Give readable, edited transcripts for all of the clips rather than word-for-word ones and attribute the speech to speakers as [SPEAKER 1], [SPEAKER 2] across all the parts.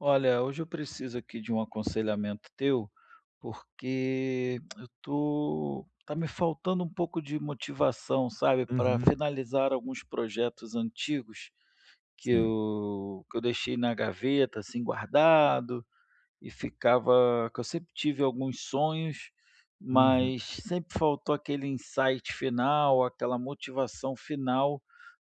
[SPEAKER 1] Olha, hoje eu preciso aqui de um aconselhamento teu, porque eu tô tá me faltando um pouco de motivação, sabe, para
[SPEAKER 2] Uhum,
[SPEAKER 1] finalizar alguns projetos antigos que
[SPEAKER 2] sim.
[SPEAKER 1] eu que eu deixei na gaveta, assim, guardado e ficava que eu sempre tive alguns sonhos,
[SPEAKER 2] Uhum.
[SPEAKER 1] mas sempre faltou aquele insight final, aquela motivação final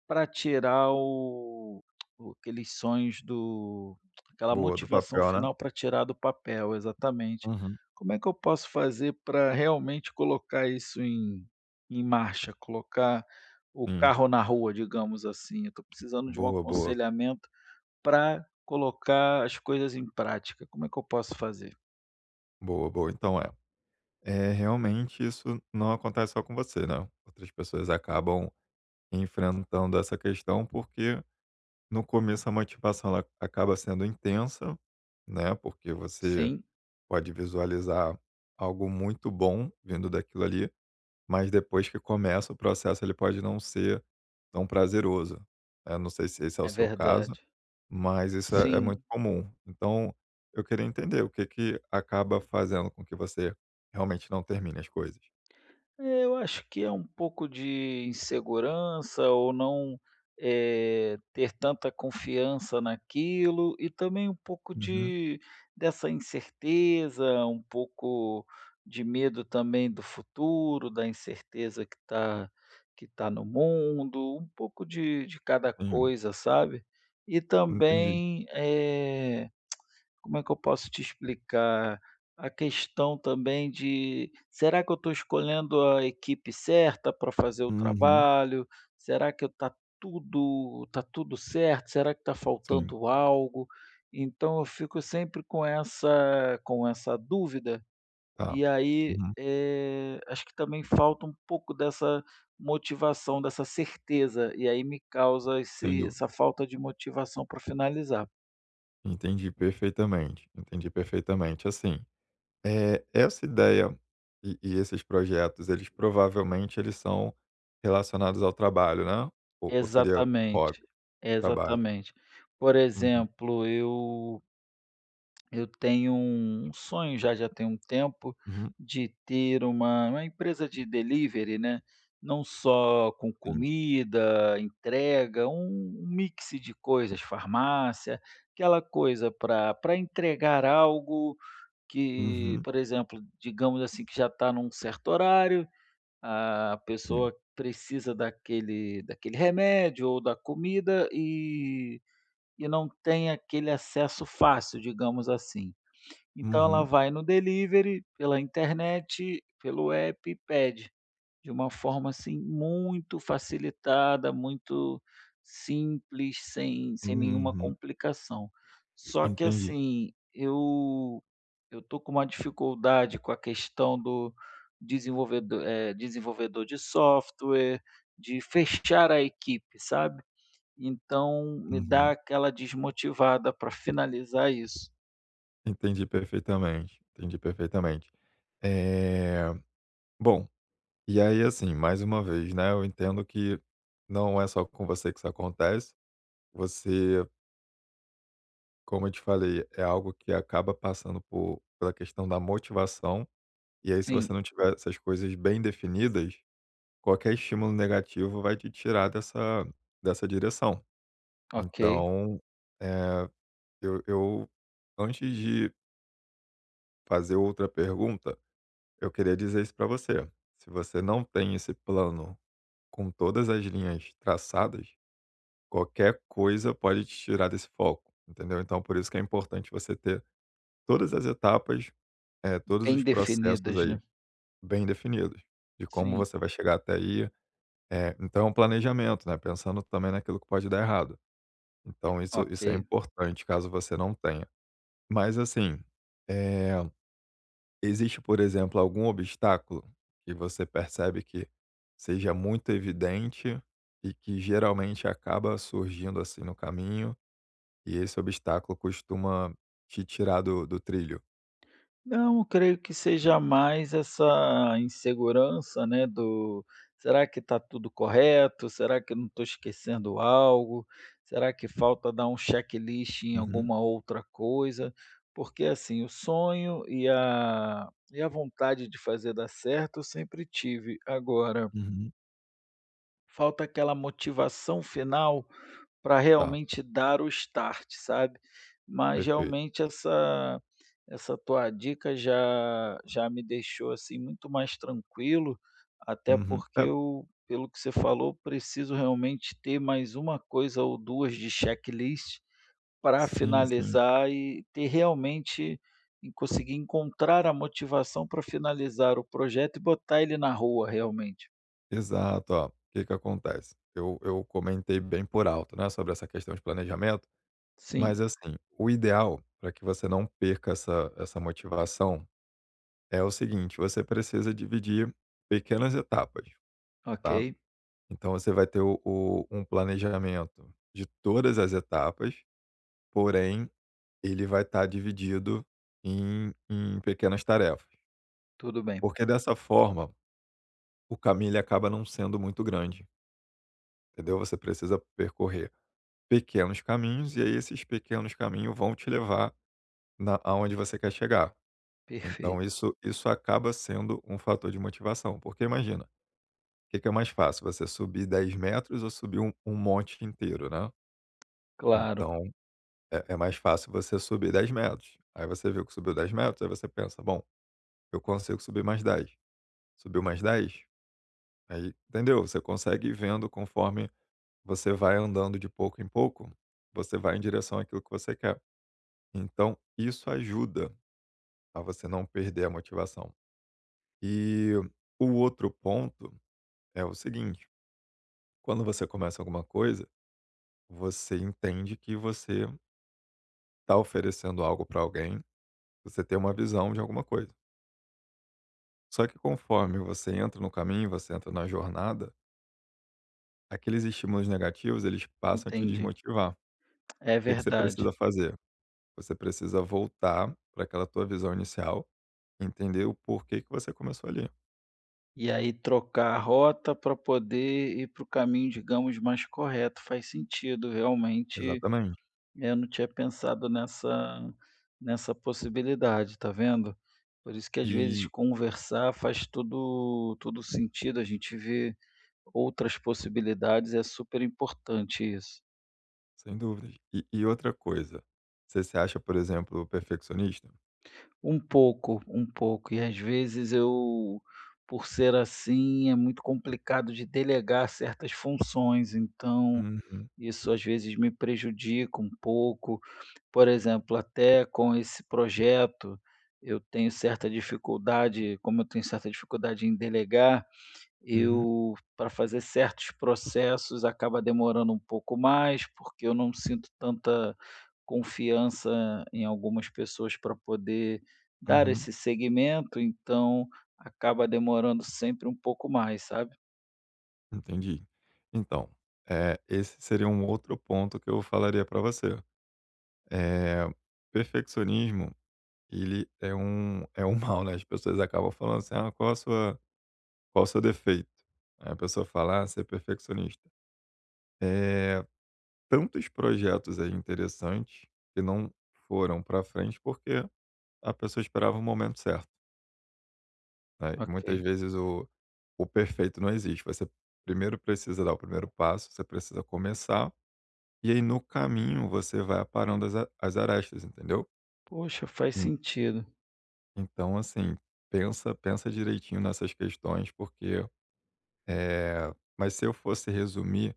[SPEAKER 1] para tirar o aqueles sonhos do aquela
[SPEAKER 2] Boa, do
[SPEAKER 1] motivação
[SPEAKER 2] papel, né?
[SPEAKER 1] final para tirar do papel, exatamente.
[SPEAKER 2] Uhum,
[SPEAKER 1] Como é que eu posso fazer para realmente colocar isso em marcha, colocar o
[SPEAKER 2] sim.
[SPEAKER 1] carro na rua, digamos assim? Eu tô precisando de um
[SPEAKER 2] Boa, boa.
[SPEAKER 1] aconselhamento para colocar as coisas em prática. Como é que eu posso fazer?
[SPEAKER 2] Boa, boa. Então é realmente isso não acontece só com você, né. Outras pessoas acabam enfrentando essa questão, porque no começo a motivação ela acaba sendo intensa, né, porque você
[SPEAKER 1] Sim,
[SPEAKER 2] pode visualizar algo muito bom vindo daquilo ali, mas depois que começa o processo ele pode não ser tão prazeroso. Eu não sei se esse é o
[SPEAKER 1] é
[SPEAKER 2] seu caso.
[SPEAKER 1] verdade.
[SPEAKER 2] Mas isso é muito
[SPEAKER 1] Sim.
[SPEAKER 2] comum. Então, eu queria entender o que que acaba fazendo com que você realmente não termine as coisas.
[SPEAKER 1] É, eu acho que é um pouco de insegurança ou não, ter tanta confiança naquilo e também um pouco
[SPEAKER 2] Uhum.
[SPEAKER 1] de dessa incerteza, um pouco de medo também do futuro, da incerteza que está que tá no mundo, um pouco de cada
[SPEAKER 2] Sim,
[SPEAKER 1] coisa, sabe. E
[SPEAKER 2] entendi.
[SPEAKER 1] também, como é que eu posso te explicar? A questão também de: será que eu estou escolhendo a equipe certa para fazer o
[SPEAKER 2] Uhum.
[SPEAKER 1] trabalho? Será que está tudo tá tudo certo? Será que está
[SPEAKER 2] Sim,
[SPEAKER 1] faltando algo? Então eu fico sempre com essa dúvida,
[SPEAKER 2] tá.
[SPEAKER 1] e aí,
[SPEAKER 2] Uhum.
[SPEAKER 1] acho que também falta um pouco dessa motivação, dessa certeza, e aí me causa
[SPEAKER 2] Sem
[SPEAKER 1] esse
[SPEAKER 2] dúvida.
[SPEAKER 1] essa falta de motivação para finalizar.
[SPEAKER 2] Entendi perfeitamente, entendi perfeitamente. Assim, essa ideia e esses projetos, eles provavelmente eles são relacionados ao trabalho, né? Ou seria hobby,
[SPEAKER 1] Exatamente,
[SPEAKER 2] trabalho?
[SPEAKER 1] exatamente. Por
[SPEAKER 2] Uhum,
[SPEAKER 1] exemplo, eu tenho um sonho já tem um tempo
[SPEAKER 2] uhum.
[SPEAKER 1] de ter uma empresa de delivery, né, não só com
[SPEAKER 2] Sim.
[SPEAKER 1] comida, entrega, um mix de coisas, farmácia, aquela coisa para entregar algo que,
[SPEAKER 2] Uhum.
[SPEAKER 1] por exemplo, digamos assim, que já está num certo horário a
[SPEAKER 2] Sim.
[SPEAKER 1] pessoa precisa daquele remédio ou da comida e não tem aquele acesso fácil, digamos assim. Então ela
[SPEAKER 2] Uhum.
[SPEAKER 1] vai no delivery, pela internet, pelo app e pede. De uma forma, assim, muito facilitada, muito simples, sem nenhuma
[SPEAKER 2] Uhum.
[SPEAKER 1] complicação. Só que,
[SPEAKER 2] Entendi.
[SPEAKER 1] assim, eu tô com uma dificuldade com a questão do desenvolvedor desenvolvedor de software, de fechar a equipe, sabe. Então me dá
[SPEAKER 2] Uhum.
[SPEAKER 1] aquela desmotivada para finalizar isso.
[SPEAKER 2] Entendi perfeitamente, entendi perfeitamente. Eh, bom, e aí, assim, mais uma vez, né, eu entendo que não é só com você que isso acontece. Você, como eu te falei, é algo que acaba passando por pela questão da motivação, e aí se você
[SPEAKER 1] Sim,
[SPEAKER 2] não tiver essas coisas bem definidas, qualquer estímulo negativo vai te tirar dessa direção.
[SPEAKER 1] ok.
[SPEAKER 2] Então, eh, eu antes de fazer outra pergunta, eu queria dizer isso para você. Se você não tem esse plano com todas as linhas traçadas, qualquer coisa pode te tirar desse foco, entendeu? Então, por isso que é importante você ter todas as etapas, todos
[SPEAKER 1] Bem
[SPEAKER 2] os processos
[SPEAKER 1] definidas,
[SPEAKER 2] aí
[SPEAKER 1] né.
[SPEAKER 2] bem definidos, de como
[SPEAKER 1] Sim,
[SPEAKER 2] você vai chegar até aí. Então, é um planejamento, né? Pensando também naquilo que pode dar errado. Então, isso,
[SPEAKER 1] ok.
[SPEAKER 2] isso é importante caso você não tenha. Mas, assim, eh, existe, por exemplo, algum obstáculo que você percebe que seja muito evidente e que geralmente acaba surgindo assim no caminho, e esse obstáculo costuma te tirar do trilho?
[SPEAKER 1] Não, eu creio que seja mais essa insegurança, né, do será que está tudo correto? Será que eu não estou esquecendo algo? Será que falta dar um checklist em
[SPEAKER 2] Uhum,
[SPEAKER 1] alguma outra coisa? Porque assim, o sonho e a vontade de fazer dar certo eu sempre tive. Agora,
[SPEAKER 2] uhum.
[SPEAKER 1] falta aquela motivação final para
[SPEAKER 2] Tá,
[SPEAKER 1] realmente dar o start, sabe. Mas
[SPEAKER 2] perfeito.
[SPEAKER 1] realmente essa tua dica já me deixou, assim, muito mais tranquilo, até
[SPEAKER 2] Uhum.
[SPEAKER 1] porque
[SPEAKER 2] É,
[SPEAKER 1] eu, pelo que você falou, preciso realmente ter mais uma coisa ou 2 de checklist para
[SPEAKER 2] sim, sim.
[SPEAKER 1] finalizar e ter realmente e conseguir encontrar a motivação para finalizar o projeto e botar ele na rua realmente.
[SPEAKER 2] Exato. Ó, o que que acontece? Eu comentei bem por alto, né, sobre essa questão de planejamento,
[SPEAKER 1] Sim,
[SPEAKER 2] mas assim, o ideal para que você não perca essa motivação é o seguinte: você precisa dividir pequenas etapas,
[SPEAKER 1] ok,
[SPEAKER 2] tá? Então você vai ter um planejamento de todas as etapas, porém ele vai estar dividido em pequenas tarefas.
[SPEAKER 1] tudo bem,
[SPEAKER 2] Porque dessa forma, o caminho ele acaba não sendo muito grande, entendeu? Você precisa percorrer pequenos caminhos e aí esses pequenos caminhos vão te levar aonde você quer chegar. Então
[SPEAKER 1] perfeito.
[SPEAKER 2] isso acaba sendo um fator de motivação, porque imagina, que é mais fácil, você subir 10 metros ou subir um monte inteiro, né.
[SPEAKER 1] Claro,
[SPEAKER 2] Então, é mais fácil você subir dez metros. Aí você viu que subiu 10 metros, aí você pensa: "Bom, eu consigo subir mais 10, subiu mais 10." Aí, entendeu? Você consegue ir vendo conforme você vai andando de pouco em pouco, você vai em direção àquilo que você quer. Então isso ajuda a você não perder a motivação. E o outro ponto é o seguinte: quando você começa alguma coisa, você entende que você tá oferecendo algo para alguém, você tem uma visão de alguma coisa. Só que conforme você entra no caminho, você entra na jornada, aqueles estímulos negativos, eles passam a te
[SPEAKER 1] entendi.
[SPEAKER 2] desmotivar. O
[SPEAKER 1] É
[SPEAKER 2] que que você
[SPEAKER 1] verdade.
[SPEAKER 2] precisa fazer? Você precisa voltar para aquela tua visão inicial, entender o porquê que você começou ali.
[SPEAKER 1] E aí trocar a rota para poder ir para o caminho, digamos, mais correto, faz sentido, realmente,
[SPEAKER 2] Exatamente.
[SPEAKER 1] eu não tinha pensado nessa possibilidade, tá vendo? Por isso que às vezes
[SPEAKER 2] E,
[SPEAKER 1] conversar faz tudo sentido, a gente vê outras possibilidades, é super importante isso.
[SPEAKER 2] sem dúvidas. E outra coisa, você se acha, por exemplo, perfeccionista?
[SPEAKER 1] Um pouco, um pouco. E às vezes eu, por ser assim, é muito complicado de delegar certas funções, então
[SPEAKER 2] Uhum,
[SPEAKER 1] isso às vezes me prejudica um pouco. Por exemplo, até com esse projeto, eu tenho certa dificuldade, como eu tenho certa dificuldade em delegar,
[SPEAKER 2] uhum,
[SPEAKER 1] eu, para fazer certos processos, acaba demorando um pouco mais, porque eu não sinto tanta confiança em algumas pessoas para poder dar
[SPEAKER 2] uhum.
[SPEAKER 1] esse seguimento, então acaba demorando sempre um pouco mais, sabe?
[SPEAKER 2] Entendi. Então, esse seria um outro ponto que eu falaria para você. Eh, perfeccionismo, ele é um mal, né, as pessoas acabam falando assim: "Ah, qual a sua qual o seu defeito?" Aí a pessoa fala: "Ah, ser perfeccionista". Eh, tantos projetos aí interessantes que não foram para frente, porque a pessoa esperava o momento certo, né, e
[SPEAKER 1] Ok.
[SPEAKER 2] muitas vezes o perfeito não existe. Você primeiro precisa dar o primeiro passo, você precisa começar, e aí no caminho você vai aparando as arestas, entendeu?
[SPEAKER 1] Poxa, faz
[SPEAKER 2] En
[SPEAKER 1] sentido.
[SPEAKER 2] então assim, pensa direitinho nessas questões, porque, mas se eu fosse resumir,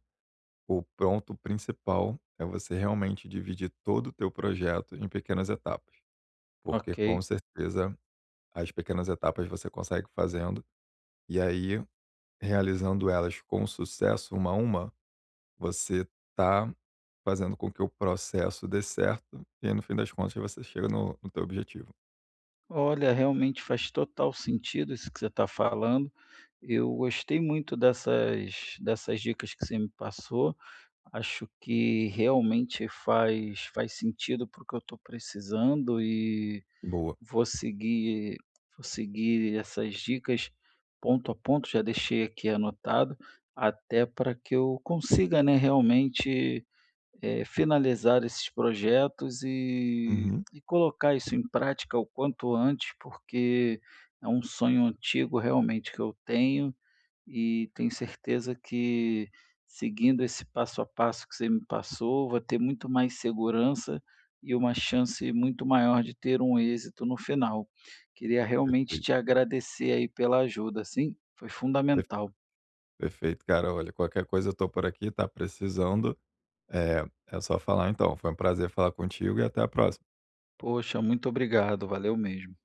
[SPEAKER 2] o ponto principal é você realmente dividir todo o teu projeto em pequenas etapas, porque com
[SPEAKER 1] Ok.
[SPEAKER 2] certeza as pequenas etapas você consegue fazendo, e aí realizando elas com sucesso uma a uma, você tá fazendo com que o processo dê certo, e aí, no fim das contas, você chega no teu objetivo.
[SPEAKER 1] Olha, realmente faz total sentido isso que você está falando. Eu gostei muito dessas, dessas dicas que você me passou. Acho que realmente faz sentido para o que eu estou precisando e
[SPEAKER 2] Boa.
[SPEAKER 1] vou seguir vou seguir essas dicas ponto a ponto, já deixei aqui anotado, até para que eu consiga, né, realmente, finalizar esses projetos
[SPEAKER 2] Uhum.
[SPEAKER 1] e colocar isso em prática o quanto antes, porque é um sonho antigo realmente que eu tenho e tenho certeza que seguindo esse passo a passo que você me passou, vou ter muito mais segurança e uma chance muito maior de ter um êxito no final. Queria realmente
[SPEAKER 2] Perfeito,
[SPEAKER 1] te agradecer aí pela ajuda, sim, foi
[SPEAKER 2] per
[SPEAKER 1] fundamental.
[SPEAKER 2] perfeito. Cara, olha, qualquer coisa eu tô por aqui, tá precisando, é é só falar então. Foi um prazer falar contigo e até a próxima.
[SPEAKER 1] Poxa, muito obrigado, valeu mesmo.